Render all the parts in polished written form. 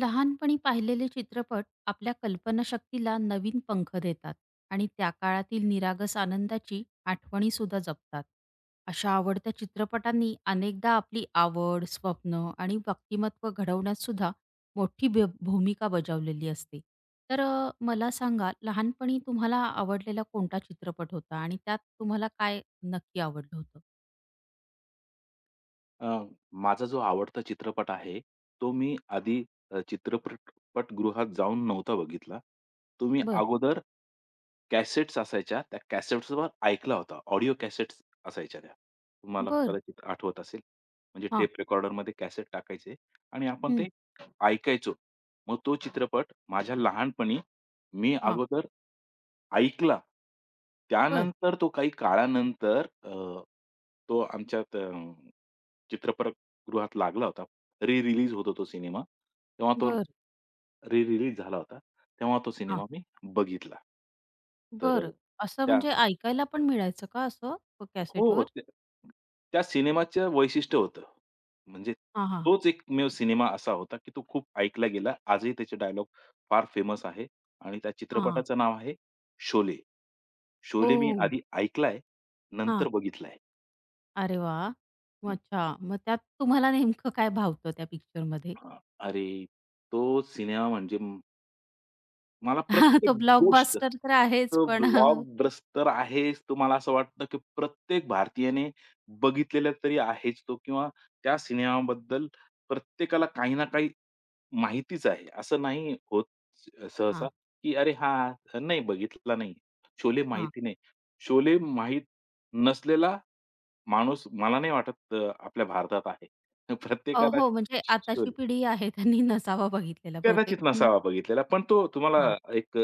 लहानपणी पाहिलेले चित्रपट आपल्या कल्पनाशक्तीला नवीन पंख देतात आणि त्या काळातील निरागस आनंदाची आठवणी सुद्धा जपतात. अशा आवडत्या चित्रपटांनी अनेकदा आपली आवड, स्वप्न आणि व्यक्तिमत्व घडवण्यात सुद्धा मोठी भूमिका बजावलेली असते. तर मला सांगा लहानपणी तुम्हाला आवडलेला कोणता चित्रपट होता आणि त्यात तुम्हाला काय नक्की आवडलं होतं? अ, माझा जो आवडता चित्रपट आहे, तो मी आधी चित्रपटगृहात जाऊन नव्हता बघितला. तो मी बरं, अगोदर कॅसेट्स असायच्या, त्या कॅसेट्सवर ऐकला होता. ऑडिओ कॅसेट्स असायच्या त्या. तुम्हाला बरं. कदाचित आठवत असेल. म्हणजे हां. टेप रेकॉर्डरमध्ये कॅसेट टाकायचे आणि आपण हं. ते ऐकायचो. मग तो चित्रपट माझ्या लहानपणी मी हां. अगोदर ऐकला. बरं, त्यानंतर तो काही काळानंतर तो आमच्यात चित्रपटगृहात लागला होता. री-रिलीज होतो तो सिनेमा. तेव्हा तो बरं. री-रिलीज झाला होता. तेव्हा तो हां. सिनेमा मी बघितला. तर बरं. असं त्या म्हणजे ऐकायला पण मिळायचं का असं हो. कॅसेटवर? त्या त्या सिनेमाचं वैशिष्ट्य होतं. म्हणजे हां, हां. तोच एकमेव सिनेमा असा होता, की तो खूप ऐकला गेला. आजही त्याचे डायलॉग फार फेमस आहे आणि त्या हां. चित्रपटाचं नाव आहे शोले. शोले मी ओह! आधी ऐकलाय, हां. नंतर बघितलाय. अरे वाह! मग हं, अच्छा. मग त्यात तुम्हाला नेमकं काय भावतं त्या पिक्चरमध्ये? हां. अरे, तो सिनेमा म्हणजे मला प्रत्येक तो गोष्ट ब्लॉकबस्टर तर आहेच तो पण हां, ब्लॉकबस्टर आहेच. तुम्हाला असं वाटतं, की प्रत्येक भारतीयाने बघितलेला तरी आहेच तो किंवा त्या सिनेमाबद्दल प्रत्येकाला काही ना काही माहितीच आहे. असं नाही होत सहसा, की "अरे हां, नाही बघितला नाही. शोले हां. माहिती नाही." शोले माहीत नसलेला माणूस मला नाही वाटत आपल्या भारतात आहे. प्रत्येकाला हो म्हणजे आताची शोले पिढी आहे त्यांनी नसावा बघितलेला बहुतेक कदाचित पण नसावा बघितलेला, पण तो हां. तुम्हाला एक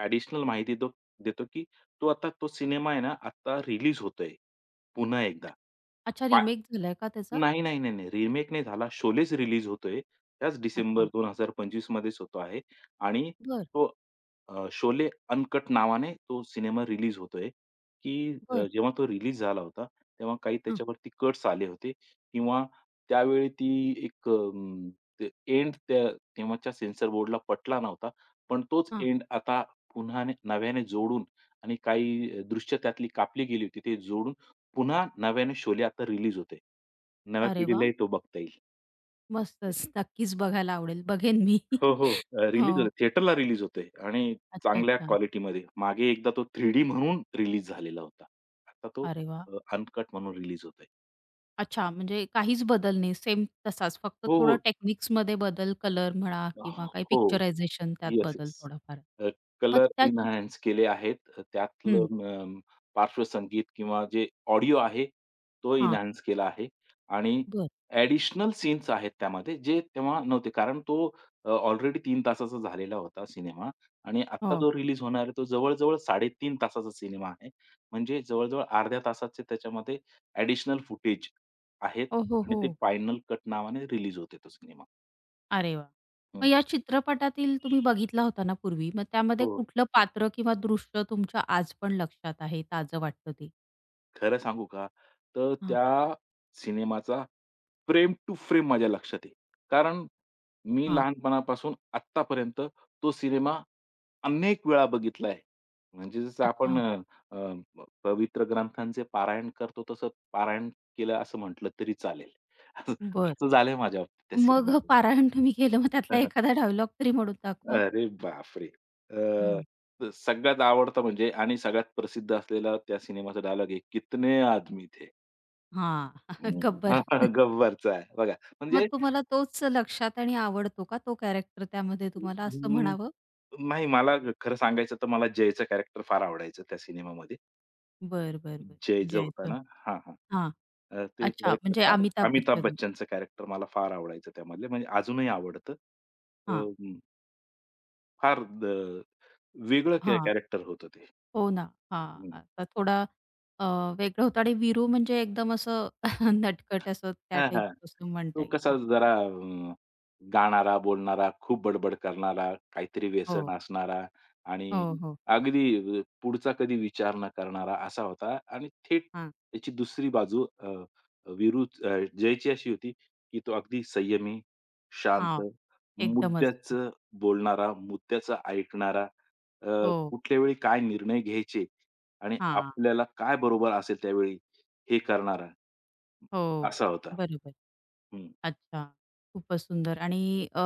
ॲडिशनल माहिती देतो, की तो आता तो सिनेमा आहे ना, आता रिलीज होतोय, पुन्हा एकदा. अच्छा पा रिमेक झालाय का त्याचा? नाही, नाही, नाही, नाही. रिमेक नाही झाला. शोलेच रिलीज होतोय. त्याच डिसेंबर अच्छा. 2025 मध्येच होतो आहे आणि बरं, तो शोले अनकट नावाने तो सिनेमा रिलीज होतोय, की बरं. जेव्हा तो रिलीज झाला होता, तेव्हा काही हां, त्याच्यावरती कट्स आले होते किंवा त्यावेळी ती एक ते एंड त्या तेव्हाच्या सेन्सॉर बोर्डला पटला नव्हता. पण तोच हां. एंड आता पुन्हा नव्याने जोडून आणि काही दृश्य त्यातली कापली गेली होती. ते जोडून पुन्हा नव्याने शोले आता रिलीज होते. नव्या अरे वाह! पिढीलाही तो बघता येईल. येस. मस्तच. नक्कीच बघायला आवडेल. बघेन मी. हो, हो. रिलीज हो. होते. थिएटरला रिलीज होते आणि अच्छा, चांगल्या अच्छा. क्वालिटीमध्ये. मागे एकदा तो 3D म्हणून रिलीज झालेला होता. आता तो अरे वाह! अनकट म्हणून रिलीज होतोय. अच्छा, म्हणजे काहीच बदल नाही, सेम तसाच. फक्त हो, थोडं हो. टेक्निक्समध्ये बदल, कलर म्हणा किंवा काही हो. पिक्चरायझेशन त्यात येस, बदल येस. थोडाफार. अ, मग कलर त्या चित एन्हान्स केले आहेत. हं, त्यातलं पार्श्वसंगीत किंवा जे ऑडिओ आहे, तो हां, एन्हान्स केला आहे आणि बरं. ॲडिशनल सीन्स आहेत त्यामध्ये, जे तेव्हा नव्हते. कारण तो ऑलरेडी 3 तासाचा झालेला होता सिनेमा आणि आत्ता हो. जो रिलीज होणार आहे, तो जवळ-जवळ 3.5 तासाचा सिनेमा आहे. म्हणजे जवळ-जवळ अर्ध्या तासाचे त्याच्यामध्ये ॲडिशनल फुटेज आहेत ओ, हो, आणि हो. ते फायनल कट नावाने रिलीज होते तो सिनेमा. अरे वाह! मग या चित्रपटातील तुम्ही बघितला होता ना पूर्वी, मग त्यामध्ये हो. कुठलं पात्र किंवा दृश्य तुमच्या आज पण लक्षात आहे, ताजं वाटतं ते? खरं सांगू का? तर हां, त्या सिनेमाचा फ्रेम टू फ्रेम माझ्या लक्षात आहे. कारण मी हां. लहानपणापासून आत्तापर्यंत तो सिनेमा अनेक वेळा बघितला आहे. म्हणजे जसं अच्छा, आपण अ, अ, पवित्र ग्रंथांचे पारायण करतो तसं पारायण केलं असं म्हटलं तरी चालेल. बरं. असं झालंय माझ्या बाबतीत त्या मग सिनेमाचं. पारायण तुम्ही केलं, मग त्यातला एखादा डायलॉग तरी म्हणून दाखवा? अरे बापरे! अ, हां, तर सगळ्यात आवडता म्हणजे आणि सगळ्यात प्रसिद्ध असलेला त्या सिनेमाचा डायलॉग आहे, "कितने आदमी थे?" हां. हम्म. हा, गब्बर. हा, गब्बरचा आहे बघा. मग म्हणजे तुम्हाला तोच लक्षात आणि आवडतो का तो कॅरेक्टर त्यामध्ये तुम्हाला असं अं, म्हणावं? नाही मला खरं सांगायचं तर मला जयचं कॅरेक्टर फार आवडायचं त्या सिनेमामध्ये. बरं, बरं, बरं. जय जो होता जयचं. ना हां, हां. हां. ते अच्छा कॅरेक्टर म्हणजे फार अमिताभ अमिताभ बच्चन. बच्चनचं कॅरेक्टर मला फार आवडायचं त्यामधले म्हणजे अजूनही आवडतं. हां, हम्म, फार वेगळं हां. कॅरेक्टर होतं ते. हो ना. हां. आता थोडा अ, वेगळं होतं आणि वीरू म्हणजे एकदम असं नटखट असं त्या हां, टाइप हां. असं म्हणता तो येईल. कसा हां, जरा अ, गाणारा, बोलणारा, खूप बडबड करणारा, काहीतरी व्यसन हो, असणारा आणि हो, हो. अगदी पुढचा कधी विचार न करणारा असा होता आणि थेट हां, त्याची दुसरी बाजू जयची अशी होती, की तो अगदी संयमी, हां. शांत, एकदमच. मुद्द्याचं बोलणारा, मुद्द्याचं ऐकणारा, अ, हो. कुठल्या वेळी काय निर्णय घ्यायचे आणि हां. आपल्याला काय बरोबर असेल त्यावेळी हे करणारा. हो. असा होता. बरोबर. हं. अच्छा. खूपच सुंदर आणि अ,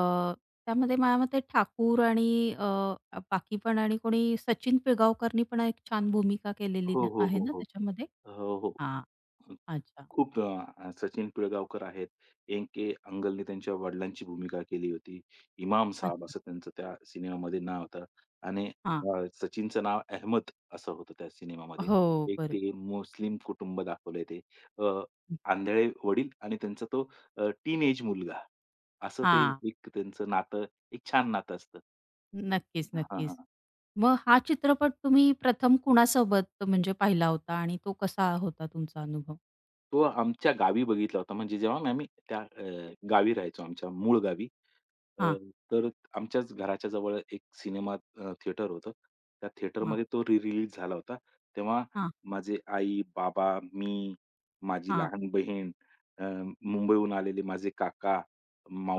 त्यामध्ये माझ्या मते ठाकूर आणि अ, बाकी पण आणि कोणी सचिन पिळगावकरनी पण एक छान भूमिका केलेली हो, न हो, आहे हो, ना हो. त्याच्यामध्ये? हो, हो. हां. हं. अच्छा, खूप सचिन पिळगावकर आहेत. एन के अंगलने त्यांच्या वडिलांची भूमिका केली होती. इमाम साहब अच्छा. असं त्यांचं त्या सिनेमामध्ये नाव होतं आणि हां. सचिनचं नाव अहमद असं होतं त्या सिनेमामध्ये. हो, एक बरोबर. ते मुस्लिम कुटुंब दाखवलंय ते. अ, आंधळे वडील आणि त्यांचा तो टीन एज मुलगा. असं ते हां. एक त्यांचं नातं एक छान नातं असतं. नक्कीच, हां, नक्कीच. मग हा चित्रपट तुम्ही प्रथम कुणासोबत म्हणजे पाहिला होता आणि तो कसा होता तुमचा अनुभव? तो आमच्या गावी बघितला होता. म्हणजे जेव्हा आम्ही त्या गावी राहायचो आमच्या मूळ गावी. अ, हां, तर आमच्याच घराच्या जवळ एक सिनेमा थिएटर होतं. त्या हां, थिएटरमध्ये तो री-रिलीज झाला होता. तेव्हा हां, माझे आई, बाबा, मी, माझी हां, लहान बहीण, अ, मुंबईहून आलेले माझे काका,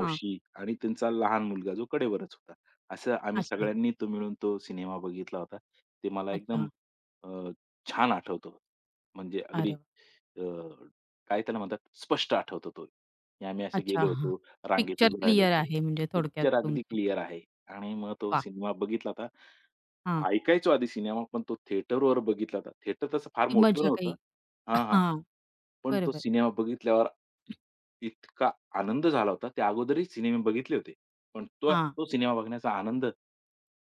हां. आणि त्यांचा लहान मुलगा जो कडेवरच होता. असं आम्ही अच्छा, सगळ्यांनी तो मिळून तो सिनेमा बघितला होता. ते मला एकदम अच्छा. अ, छान आठवतं. म्हणजे अगदी अरे वाह! काय त्याला म्हणतात, स्पष्ट आठवतो तो, की आम्ही असे अच्छा. गेलो हां. होतो, रांगेत पिक्चर उभे राहिलो क्लिअर होतो. आहे म्हणजे थोडक्यात पिक्चर अगदी तुमचं. क्लिअर आहे आणि मग तो वाह! सिनेमा बघितला होता. हां. ऐकायचो आधी सिनेमा, पण तो थिएटरवर बघितला होता. थिएटर तसं फार ती मोठं मजा नव्हतं. काही हां, हां. हां, पण तो बरोबर. सिनेमा बघितल्यावर इतका आनंद झाला होता. त्या अगोदरही सिनेमे बघितले होते. पण तो हां, तो सिनेमा बघण्याचा आनंद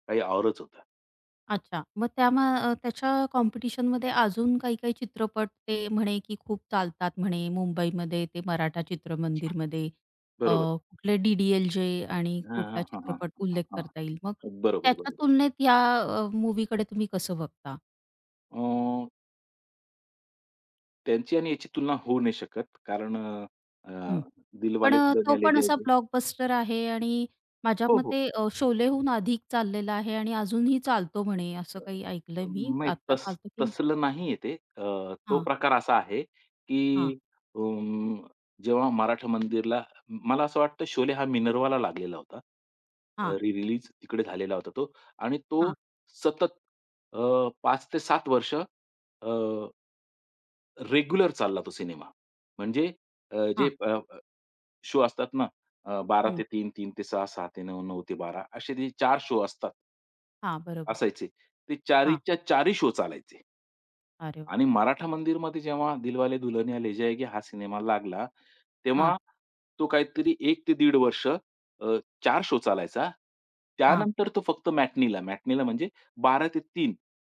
काही औरच होता. अच्छा. मग त्या मग त्याच्या कॉम्पिटिशनमध्ये अजून काही काही चित्रपट ते म्हणे, की खूप चालतात म्हणे मुंबईमध्ये ते मराठा चित्रमंदिरमध्ये. अ, बरोबर. कुठले डी-डी-एल-जे आणि हां, कुठला हां, हां, हां, चित्रपट हां, उल्लेख हां. करता येईल. मग बरोबर, त्याच्या बरोबर. तुलनेत या मूव्हीकडे तुम्ही कसं बघता? अ त्यांची आणि याची तुलना होऊ नाही शकत. कारण अ, अ, हं. पण दिलवाले तो दुल्हनिया ले पण असा जाएंगे ब्लॉकबस्टर आहे आणि माझ्या हो, हो. मते शोलेहून अधिक चाललेला आहे आणि अजूनही चालतो म्हणे, असं अ, काही ऐकलंय मी. नाही आत्ता चालतो की तसलं नाहीये ते. तो हां. प्रकार असा आहे, की हां, अं, जेव्हा मराठा मंदिरला मला असं वाटतं शोले हा मिनर्वाला लागलेला होता. हां, री-रिलीज तिकडे झालेला होता तो आणि तो हां, सतत अ, 5 ते 7 वर्ष रेग्युलर चालला तो सिनेमा. म्हणजे जे हां. शो असतात ना, 12:00 हं. ते तीन, तीन, ते 6:00, 6:00 ते 9:00, 9:00 ते 12:00 असे ते चार शो असतात. हां, बरोबर. असायचे. ते हां. चारीच्या चारी शो चालायचे. अरे वाह! आणि मराठा मंदिरमध्ये जेव्हा दिलवाले दुल्हनिया ले जाएगी हा सिनेमा लागला, हां, तेव्हा तो काहीतरी एक ते दीड वर्ष 4 शो चालायचा. हां, त्यानंतर तो फक्त मॅटनीला, मॅटनीला म्हणजे 12 ते 3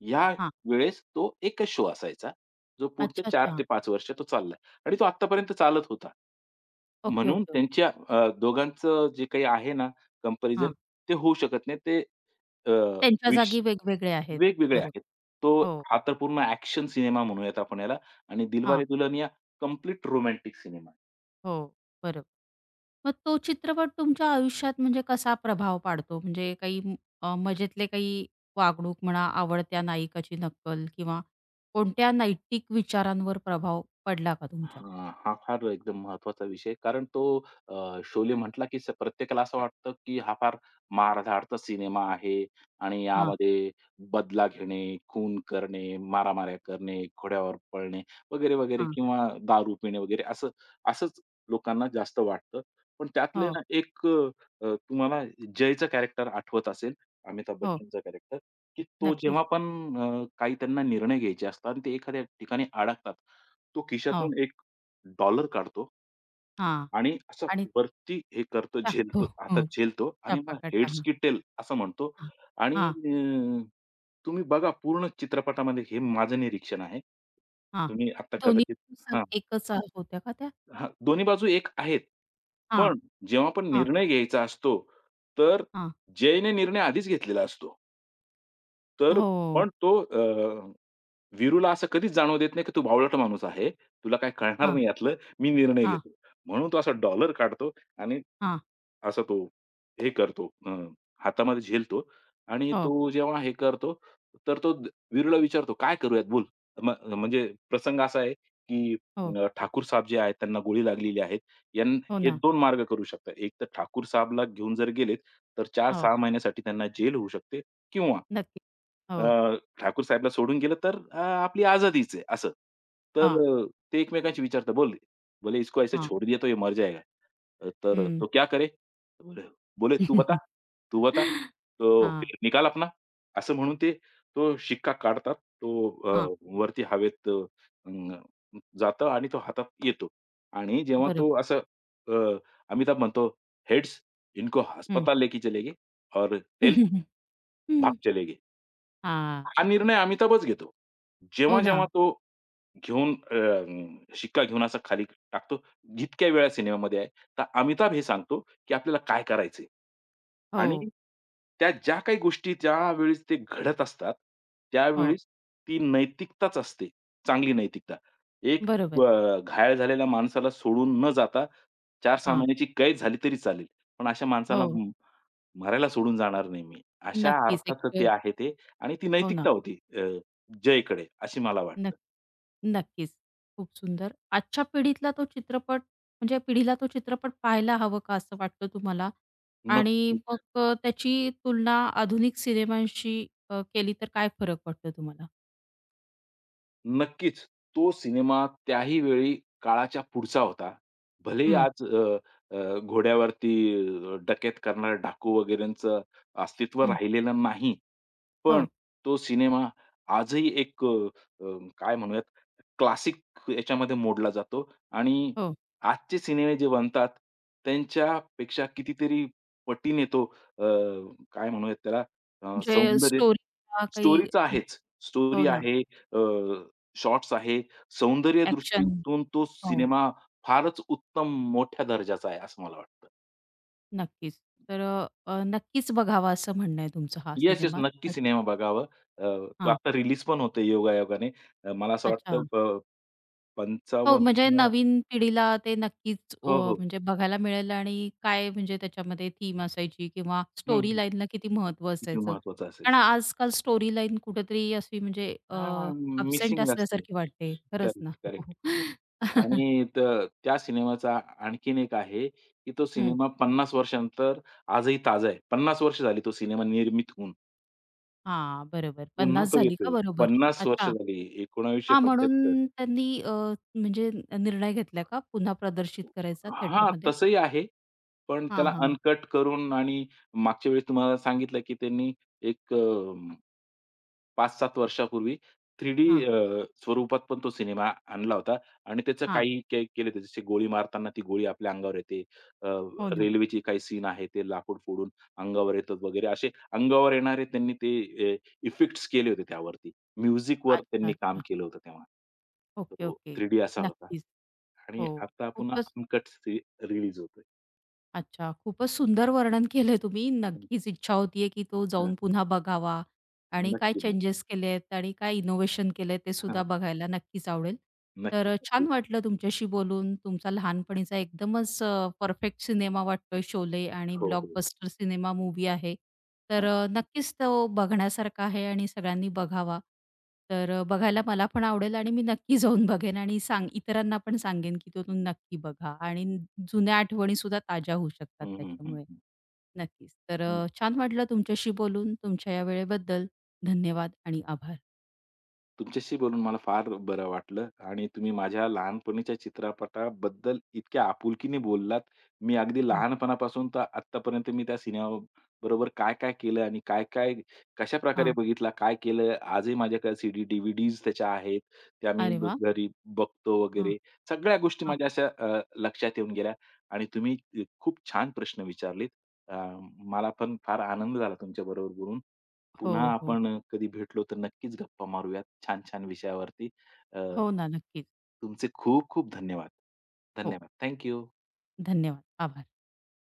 या हां. वेळेस तो एकच शो असायचा, जो पुढचे अच्छा, 4 अच्छा. ते 5 वर्ष तो चाललाय आणि तो आत्तापर्यंत चालत होता. ओके, म्हणून ओके, ओके. त्यांच्या दोघांचं जे काही आहे ना, कंपॅरिझन हां. ते होऊ शकत नाही. ते अ, त्यांच्या विश जागी वेगवेगळे आहेत. वेगवेगळे आहेत. बरोबर. तो हो. हा तर पूर्ण ॲक्शन सिनेमा म्हणूयात आपण याला आणि हां. Dilwale Dulhania complete romantic cinema. हो. बरोबर. मग तो चित्रपट तुमच्या आयुष्यात म्हणजे कसा प्रभाव पाडतो? म्हणजे काही मजेतले काही वागणूक म्हणा, आवडत्या नायिकाची नक्कल किंवा कोणत्या नैतिक विचारांवर प्रभाव पडला का तुमच्या? हां, हा फार एकदम महत्वाचा विषय. कारण तो शोले म्हटला की प्रत्येकाला असं वाटतं की हा फार मारधाडचा सिनेमा आहे आणि हां, यामध्ये बदला घेणे, खून करणे, मारामाऱ्या करणे, घोड्यावर पळणे वगैरे, वगैरे हां. किंवा दारू पिणे वगैरे असंच लोकांना जास्त वाटतं. पण त्यातले हो, ना एक अ, अ, तुम्हाला जयचं कॅरेक्टर आठवत असेल, अमिताभ हो. बच्चनचं कॅरेक्टर, की तो नक्कीच. जेव्हा पण काही त्यांना निर्णय घ्यायचे असतात आणि ते एखाद्या ठिकाणी अडकतात. तो हो. खिशातून एक डॉलर काढतो हां. आणि असं आणि वरती हे करतो, टाकतो. झेलतो, हो. हातात झेलतो आणि छापा मग काटा. हेड्स की टेल असं म्हणतो हां, आणि हां, तुम्ही बघा पूर्ण चित्रपटामध्ये हे माझं निरीक्षण आहे. हां. तुम्ही आता दोन्ही कदाचित. स हां, एकच आ होत्या का त्या? हां, दोन्ही बाजू एक आहेत. हां, पण जेव्हा पण हां, निर्णय घ्यायचा असतो, तर हां. जयने निर्णय आधीच घेतलेला असतो. तर हो. पण तो वीरूला असं कधीच जाणवू देत नाही, की तू बावळट माणूस आहे. तुला काही कळणार हां, नाही यातलं. मी निर्णय हां, घेतो. म्हणून तो असा डॉलर काढतो आणि हां. असा तो हे करतो हातामध्ये झेलतो आणि हो, तो जेव्हा हे करतो, तर तो वीरूला विचारतो, "काय करूयात बोल?" म म्हणजे प्रसंग असा आहे, की हो, ठाकूर साहेब जे आहेत त्यांना गोळी लागलेली आहे. यान हो हे ना. दोन मार्ग करू शकतात. एक तर ठाकूर साहेबला घेऊन जर गेलेत, तर हो, 4-6 महिन्यासाठी त्यांना जेल होऊ शकते किंवा नक्की. अ, हो. ठाकूर साहेबला सोडून गेलं तर आपली आझादीच आहे असं. तर हां, ते एकमेकांशी विचारतात, बोले, "इसको ऐसे हां. छोड़ दिया तो ये मर जाएगा। तर हं. तो क्या करे?" तो बोले बोले, "तू बता, तू बता." तो हां, फिर निकाल अपना, असं म्हणून ते तो शिक्का काढतात. तो हां. वरती हवेत जातं आणि तो हातात येतो आणि जेव्हा तो बरोबर. असं अ, अमिताभ म्हणतो, "हेड्स, इनको हं. अस्पताल लेके चलेंगे और टेल्स, भाग चलेंगे." हां. हा निर्णय अमिताभच घेतो. हो ना. जेव्हा-जेव्हा तो घेऊन शिक्का घेऊन असा खाली टाकतो. जितक्या वेळा सिनेमामध्ये आहे. तर अमिताभ हे सांगतो, की आपल्याला काय करायचंय? हो, आणि त्या ज्या काही गोष्टी ज्यावेळेस ते घडत असतात, हो. त्यावेळेस ती नैतिकताच असते, चांगली नैतिकता. एक बरोबर. घायाळ झालेल्या माणसाला सोडून न जाता 4-6 हां. महिन्याची कैद झाली तरी चालेल. पण अशा माणसाला हो. मरायला सोडून जाणार नाही मी. अशा नक्कीच एक अर्थाचं ते आहे ते आणि ती हो ना. नैतिकता होती जयकडे अशी मला वाटतं. नक्कीच. खूप सुंदर. आजच्या पिढीतला तो चित्रपट म्हणजे पिढीला तो चित्रपट पाहायला हवं का असं वाटतं तुम्हाला? आणि नक्की. मग त्याची तुलना आधुनिक सिनेमांशी केली तर काय फरक वाटतो तुम्हाला? नक्कीच. तो सिनेमा त्याही वेळी काळाच्या पुढचा होता. भले हं, आज अ, अ, घोड्यावरती डकैत करणारे डाकू वगैरेंचं अस्तित्व हं. राहिलेलं नाही. पण हो, तो सिनेमा आजही एक अ, अ, काय म्हणूयात क्लासिक याच्यामध्ये मोडला जातो आणि हो. आजचे सिनेमे जे बनतात, त्यांच्यापेक्षा कितीतरी पटीने तो अ, काय म्हणूयात त्याला म्हणजे सौंदर्य स्टोरीला काही स्टोरीचा आहेच. हो स्टोरी ना. आहे, शॉट्स आहे. ॲक्शन. सौंदर्यदृष्टीतून तो हो, सिनेमा फारच उत्तम मोठ्या दर्जाचा आहे असं मला वाटतं. नक्कीच. तर अ, अ, नक्कीच बघावा असं म्हणणं आहे तुमचं हा येस, येस. सिनेमा नक्की तर. सिनेमा बघावा. अ, तो हां. आता रिलीज पण होतोय योगायोगाने. मला असं अच्छा. वाटतं हो, म्हणजे 55 नवीन पिढीला ते नक्कीच हो, हो. म्हणजे बघायला मिळेल आणि काय म्हणजे त्याच्यामध्ये थीम असायची किंवा हं, स्टोरी हं. लाईनला किती महत्त्व किती असायचं. महत्वाचं कारण असायचं. आजकाल स्टोरी लाईन कुठेतरी अशी म्हणजे हां, अब्सेंट मिसिंग असते. असल्यासारखी वाटते. खरंच ना. करेक्ट, हो. करेक्ट. आणि त्या सिनेमाचा आणखीन एक आहे, की तो हं. सिनेमा 50 वर्षानंतर आजही ताजा आहे. 50 वर्ष झाली तो सिनेमा निर्मित होऊन. हां, बरोबर. पुन्हा 50 तो झाली का येतोय. बरोबर? 50 वर्ष अच्छा. झाली. हां, 1975. म्हणून त्यांनी म्हणजे निर्णय घेतला का पुन्हा प्रदर्शित करायचा हां, थिएटरमध्ये? तसंही आहे. पण हां, त्याला हां. अनकट करून आणि मागच्या वेळेस तुम्हाला सांगितलं, की त्यांनी एक 5-7 वर्षापूर्वी 3D हां, स्वरूपात पण तो सिनेमा आणला होता आणि त्याचं हां. काही केले होते. जसे गोळी मारताना ती गोळी आपल्या अंगावर येते. अ, हो ना. रेल्वेची काही सीन आहे, ते लाकूड फोडून अंगावर येतात वगैरे असे अंगावर येणारे त्यांनी ते इफेक्ट्स केले होते त्यावरती. म्युझिकवर अच्छा, त्यांनी काम अच्छा. केलं होतं तेव्हा. ओके, तो ओके. 3D असा होता. नक्कीच. आणि हो, आता पुन्हा खूपच अनकट रिलीज होतोय. अच्छा, खूपच सुंदर वर्णन केलंय तुम्ही. हं, नक्कीच इच्छा होतीये, की तो हं. जाऊन पुन्हा बघावा. आणि काय नक्की, नक्की. चेंजेस केलेत आणि काय इनोव्हेशन केलंय ते सुद्धा हां, बघायला नक्कीच आवडेल. तर नक्की, नक्की. छान वाटलं तुमच्याशी बोलून. तुमचा लहानपणीचा एकदमच परफेक्ट सिनेमा वाटतोय शोले आणि हो, हो. ब्लॉकबस्टर सिनेमा मूव्ही आहे. तर हां. नक्कीच तो बघण्यासारखा आहे आणि सगळ्यांनी बघावा. तर बघायला मला पण आवडेल आणि मी नक्की जाऊन बघेन आणि सांग इतरांना पण सांगेन, की तो तुम्ही नक्की बघा आणि जुन्या आठवणी सुद्धा ताज्या होऊ शकतात हं, हं, त्याच्यामुळे. हं, नक्कीच. तर हं. छान वाटलं तुमच्याशी बोलून. तुमच्या या वेळेबद्दल धन्यवाद आणि आभार. तुमच्याशी बोलून मला फार बरं वाटलं आणि तुम्ही माझ्या लहानपणीच्या चित्रपटाबद्दल इतक्या आपुलकीने बोललात. मी अगदी हं. लहानपणापासून तर आत्तापर्यंत मी त्या सिनेमाबरोबर काय-काय केलं आणि काय-काय कशाप्रकारे हां. बघितला, काय केलं, आजही माझ्याकडे सीडी, त्याच्या आहेत. त्या मी अरे वाह! घरी बघतो हां, वगैरे. सगळ्या गोष्टी हां. माझ्या अशा लक्षात येऊन गेल्या आणि तुम्ही खूप छान प्रश्न विचारलेत. अ, मला पण फार आनंद झाला तुमच्याबरोबर बोलून. हो, पुन्हा हो, हो. आपण कधी भेटलो तर नक्कीच गप्पा मारूयात छान-छान विषयावरती. अ, हो ना, नक्कीच. तुमचे खूप खूप धन्यवाद. हो. धन्यवाद. Thank you. धन्यवाद. आभार.